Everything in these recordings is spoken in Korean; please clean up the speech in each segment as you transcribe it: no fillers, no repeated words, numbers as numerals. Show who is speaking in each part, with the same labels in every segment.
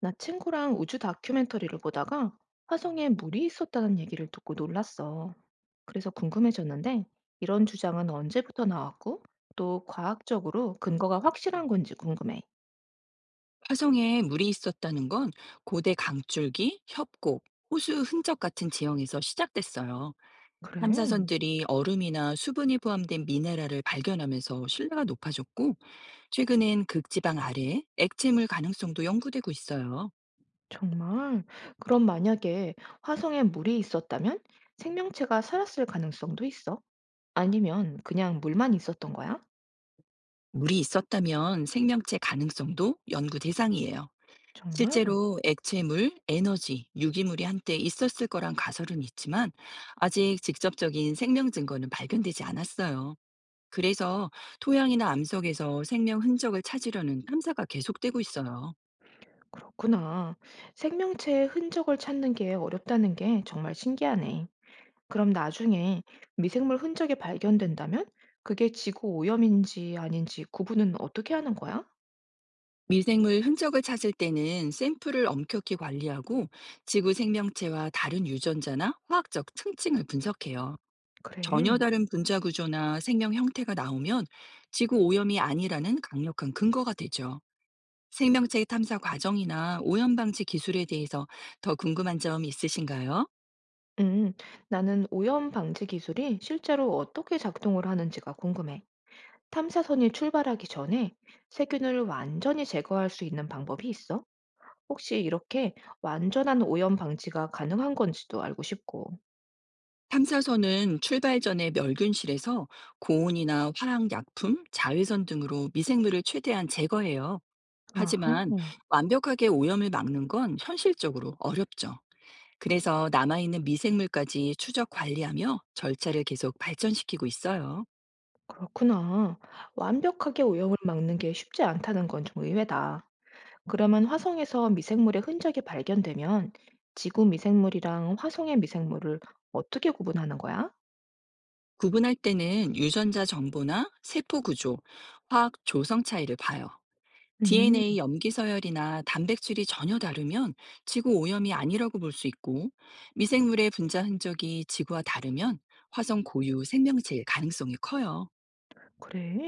Speaker 1: 나 친구랑 우주 다큐멘터리를 보다가 화성에 물이 있었다는 얘기를 듣고 놀랐어. 그래서 궁금해졌는데 이런 주장은 언제부터 나왔고 또 과학적으로 근거가 확실한 건지 궁금해.
Speaker 2: 화성에 물이 있었다는 건 고대 강줄기, 협곡, 호수 흔적 같은 지형에서 시작됐어요.
Speaker 1: 그래,
Speaker 2: 탐사선들이 얼음이나 수분이 포함된 미네랄을 발견하면서 신뢰가 높아졌고, 최근엔 극지방 아래 액체물 가능성도 연구되고 있어요.
Speaker 1: 정말. 그럼 만약에 화성에 물이 있었다면 생명체가 살았을 가능성도 있어? 아니면 그냥 물만 있었던 거야?
Speaker 2: 물이 있었다면 생명체 가능성도 연구 대상이에요.
Speaker 1: 정말
Speaker 2: 실제로 액체물, 에너지, 유기물이 한때 있었을 거란 가설은 있지만, 아직 직접적인 생명 증거는 발견되지 않았어요. 그래서 토양이나 암석에서 생명 흔적을 찾으려는 탐사가 계속되고 있어요.
Speaker 1: 그렇구나. 생명체의 흔적을 찾는 게 어렵다는 게 정말 신기하네. 그럼 나중에 미생물 흔적이 발견된다면 그게 지구 오염인지 아닌지 구분은 어떻게 하는 거야?
Speaker 2: 미생물 흔적을 찾을 때는 샘플을 엄격히 관리하고 지구 생명체와 다른 유전자나 화학적 특징을 분석해요. 전혀
Speaker 1: 그래.
Speaker 2: 다른 분자 구조나 생명 형태가 나오면 지구 오염이 아니라는 강력한 근거가 되죠. 생명체 탐사 과정이나 오염 방지 기술에 대해서 더 궁금한 점 있으신가요?
Speaker 1: 음, 나는 오염 방지 기술이 실제로 어떻게 작동을 하는지가 궁금해. 탐사선이 출발하기 전에 세균을 완전히 제거할 수 있는 방법이 있어? 혹시 이렇게 완전한 오염 방지가 가능한 건지도 알고 싶고.
Speaker 2: 탐사선은 출발 전에 멸균실에서 고온이나 화학 약품, 자외선 등으로 미생물을 최대한 제거해요.
Speaker 1: 아하,
Speaker 2: 하지만 완벽하게 오염을 막는 건 현실적으로 어렵죠. 그래서 남아있는 미생물까지 추적 관리하며 절차를 계속 발전시키고 있어요.
Speaker 1: 그렇구나. 완벽하게 오염을 막는 게 쉽지 않다는 건 좀 의외다. 그러면 화성에서 미생물의 흔적이 발견되면 지구 미생물이랑 화성의 미생물을 어떻게 구분하는 거야?
Speaker 2: 구분할 때는 유전자 정보나 세포 구조, 화학 조성 차이를 봐요. DNA
Speaker 1: 음,
Speaker 2: 염기 서열이나 단백질이 전혀 다르면 지구 오염이 아니라고 볼 수 있고, 미생물의 분자 흔적이 지구와 다르면 화성 고유 생명체일 가능성이 커요.
Speaker 1: 그래.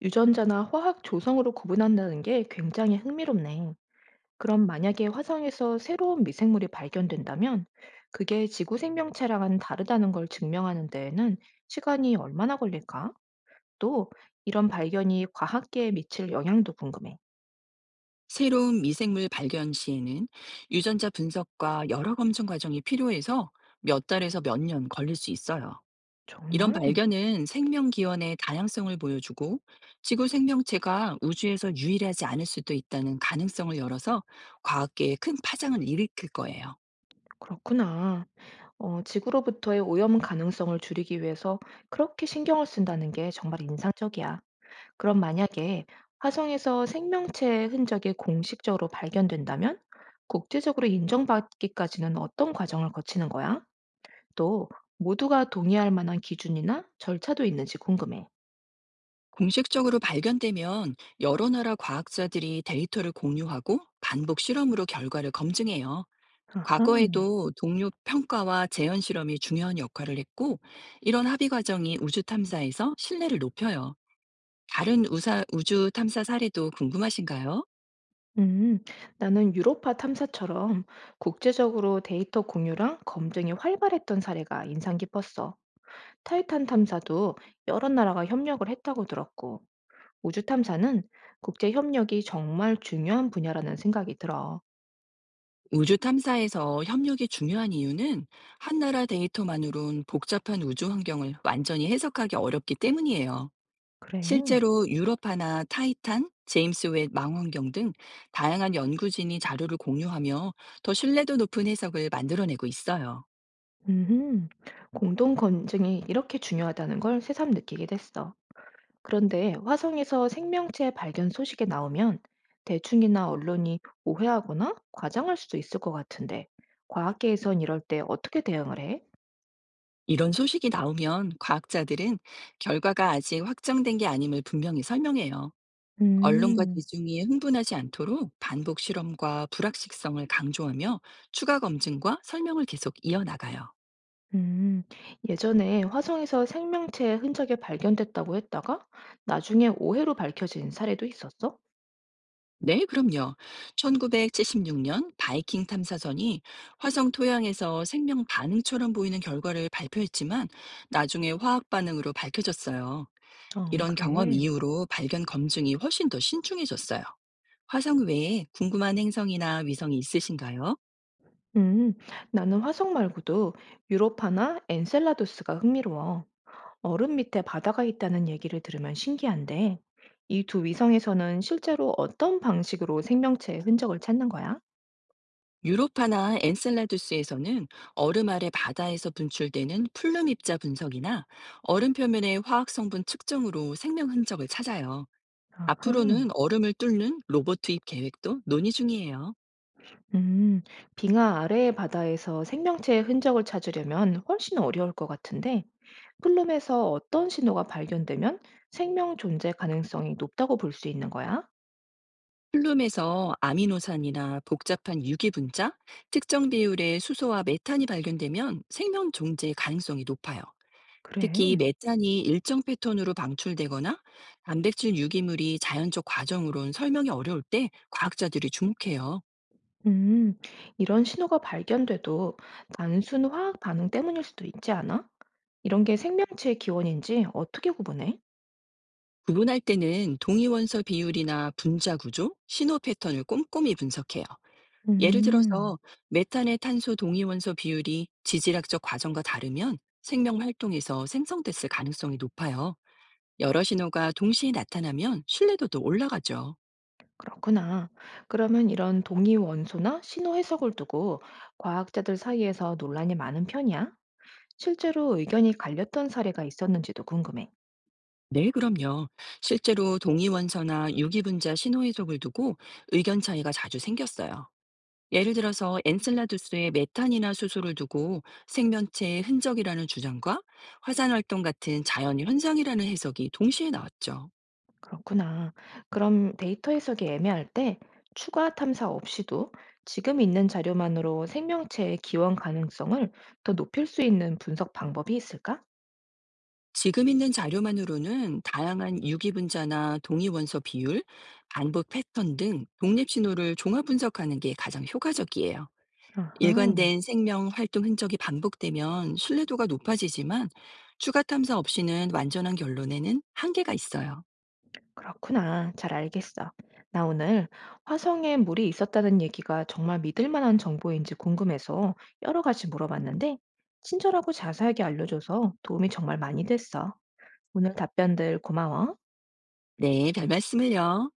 Speaker 1: 유전자나 화학 조성으로 구분한다는 게 굉장히 흥미롭네. 그럼 만약에 화성에서 새로운 미생물이 발견된다면 그게 지구 생명체랑은 다르다는 걸 증명하는 데에는 시간이 얼마나 걸릴까? 또 이런 발견이 과학계에 미칠 영향도 궁금해.
Speaker 2: 새로운 미생물 발견 시에는 유전자 분석과 여러 검증 과정이 필요해서 몇 달에서 몇 년 걸릴 수 있어요. 이런
Speaker 1: 정말
Speaker 2: 발견은 생명 기원의 다양성을 보여주고 지구 생명체가 우주에서 유일하지 않을 수도 있다는 가능성을 열어서 과학계에 큰 파장을 일으킬 거예요.
Speaker 1: 그렇구나. 어, 지구로부터의 오염 가능성을 줄이기 위해서 그렇게 신경을 쓴다는 게 정말 인상적이야. 그럼 만약에 화성에서 생명체의 흔적이 공식적으로 발견된다면 국제적으로 인정받기까지는 어떤 과정을 거치는 거야? 또 모두가 동의할 만한 기준이나 절차도 있는지 궁금해.
Speaker 2: 공식적으로 발견되면 여러 나라 과학자들이 데이터를 공유하고 반복 실험으로 결과를 검증해요.
Speaker 1: 아하.
Speaker 2: 과거에도 동료 평가와 재현 실험이 중요한 역할을 했고, 이런 합의 과정이 우주 탐사에서 신뢰를 높여요. 우주 탐사 사례도 궁금하신가요?
Speaker 1: 음, 나는 유로파 탐사처럼 국제적으로 데이터 공유랑 검증이 활발했던 사례가 인상 깊었어. 타이탄 탐사도 여러 나라가 협력을 했다고 들었고, 우주 탐사는 국제 협력이 정말 중요한 분야라는 생각이 들어.
Speaker 2: 우주 탐사에서 협력이 중요한 이유는 한 나라 데이터만으론 복잡한 우주 환경을 완전히 해석하기 어렵기 때문이에요.
Speaker 1: 그래.
Speaker 2: 실제로 유럽파나 타이탄, 제임스 웹 망원경 등 다양한 연구진이 자료를 공유하며 더 신뢰도 높은 해석을 만들어내고 있어요.
Speaker 1: 음, 공동 검증이 이렇게 중요하다는 걸 새삼 느끼게 됐어. 그런데 화성에서 생명체 발견 소식이 나오면 대중이나 언론이 오해하거나 과장할 수도 있을 것 같은데, 과학계에선 이럴 때 어떻게 대응을 해?
Speaker 2: 이런 소식이 나오면 과학자들은 결과가 아직 확정된 게 아님을 분명히 설명해요. 언론과
Speaker 1: 음.
Speaker 2: 대중이 흥분하지 않도록 반복 실험과 불확실성을 강조하며 추가 검증과 설명을 계속 이어나가요.
Speaker 1: 음, 예전에 화성에서 생명체의 흔적이 발견됐다고 했다가 나중에 오해로 밝혀진 사례도 있었어?
Speaker 2: 네, 그럼요. 1976년 바이킹 탐사선이 화성 토양에서 생명 반응처럼 보이는 결과를 발표했지만 나중에 화학 반응으로 밝혀졌어요.
Speaker 1: 어,
Speaker 2: 이런 경험
Speaker 1: 그래.
Speaker 2: 이후로 발견 검증이 훨씬 더 신중해졌어요. 화성 외에 궁금한 행성이나 위성이 있으신가요?
Speaker 1: 음, 나는 화성 말고도 유로파나 엔셀라두스가 흥미로워. 얼음 밑에 바다가 있다는 얘기를 들으면 신기한데, 이 두 위성에서는 실제로 어떤 방식으로 생명체의 흔적을 찾는 거야?
Speaker 2: 유로파나 엔셀라두스에서는 얼음 아래 바다에서 분출되는 플룸 입자 분석이나 얼음 표면의 화학 성분 측정으로 생명 흔적을 찾아요.
Speaker 1: 아하.
Speaker 2: 앞으로는 얼음을 뚫는 로봇 투입 계획도 논의 중이에요.
Speaker 1: 음, 빙하 아래의 바다에서 생명체의 흔적을 찾으려면 훨씬 어려울 것 같은데, 플룸에서 어떤 신호가 발견되면 생명 존재 가능성이 높다고 볼 수 있는 거야?
Speaker 2: 플룸에서 아미노산이나 복잡한 유기 분자, 특정 비율의 수소와 메탄이 발견되면 생명 존재 가능성이 높아요. 특히
Speaker 1: 그래.
Speaker 2: 메탄이 일정 패턴으로 방출되거나 단백질 유기물이 자연적 과정으론 설명이 어려울 때 과학자들이 주목해요.
Speaker 1: 음, 이런 신호가 발견돼도 단순 화학 반응 때문일 수도 있지 않아? 이런 게 생명체의 기원인지 어떻게 구분해?
Speaker 2: 구분할 때는 동위원소 비율이나 분자 구조, 신호 패턴을 꼼꼼히 분석해요. 예를
Speaker 1: 음.
Speaker 2: 들어서 메탄의 탄소 동위원소 비율이 지질학적 과정과 다르면 생명 활동에서 생성됐을 가능성이 높아요. 여러 신호가 동시에 나타나면 신뢰도도 올라가죠.
Speaker 1: 그렇구나. 그러면 이런 동위 원소나 신호 해석을 두고 과학자들 사이에서 논란이 많은 편이야? 실제로 의견이 갈렸던 사례가 있었는지도 궁금해.
Speaker 2: 네, 그럼요. 실제로 동위원소나 유기분자 신호 해석을 두고 의견 차이가 자주 생겼어요. 예를 들어서 엔셀라두스의 메탄이나 수소를 두고 생명체의 흔적이라는 주장과 화산 활동 같은 자연 현상이라는 해석이 동시에 나왔죠.
Speaker 1: 그렇구나. 그럼 데이터 해석이 애매할 때 추가 탐사 없이도 지금 있는 자료만으로 생명체의 기원 가능성을 더 높일 수 있는 분석 방법이 있을까?
Speaker 2: 지금 있는 자료만으로는 다양한 유기 분자나 동위 원소 비율, 반복 패턴 등 독립 신호를 종합 분석하는 게 가장 효과적이에요.
Speaker 1: 아하,
Speaker 2: 일관된 생명 활동 흔적이 반복되면 신뢰도가 높아지지만 추가 탐사 없이는 완전한 결론에는 한계가 있어요.
Speaker 1: 그렇구나. 잘 알겠어. 나 오늘 화성에 물이 있었다는 얘기가 정말 믿을 만한 정보인지 궁금해서 여러 가지 물어봤는데 친절하고 자세하게 알려줘서 도움이 정말 많이 됐어. 오늘 답변들 고마워.
Speaker 2: 네, 별 말씀을요.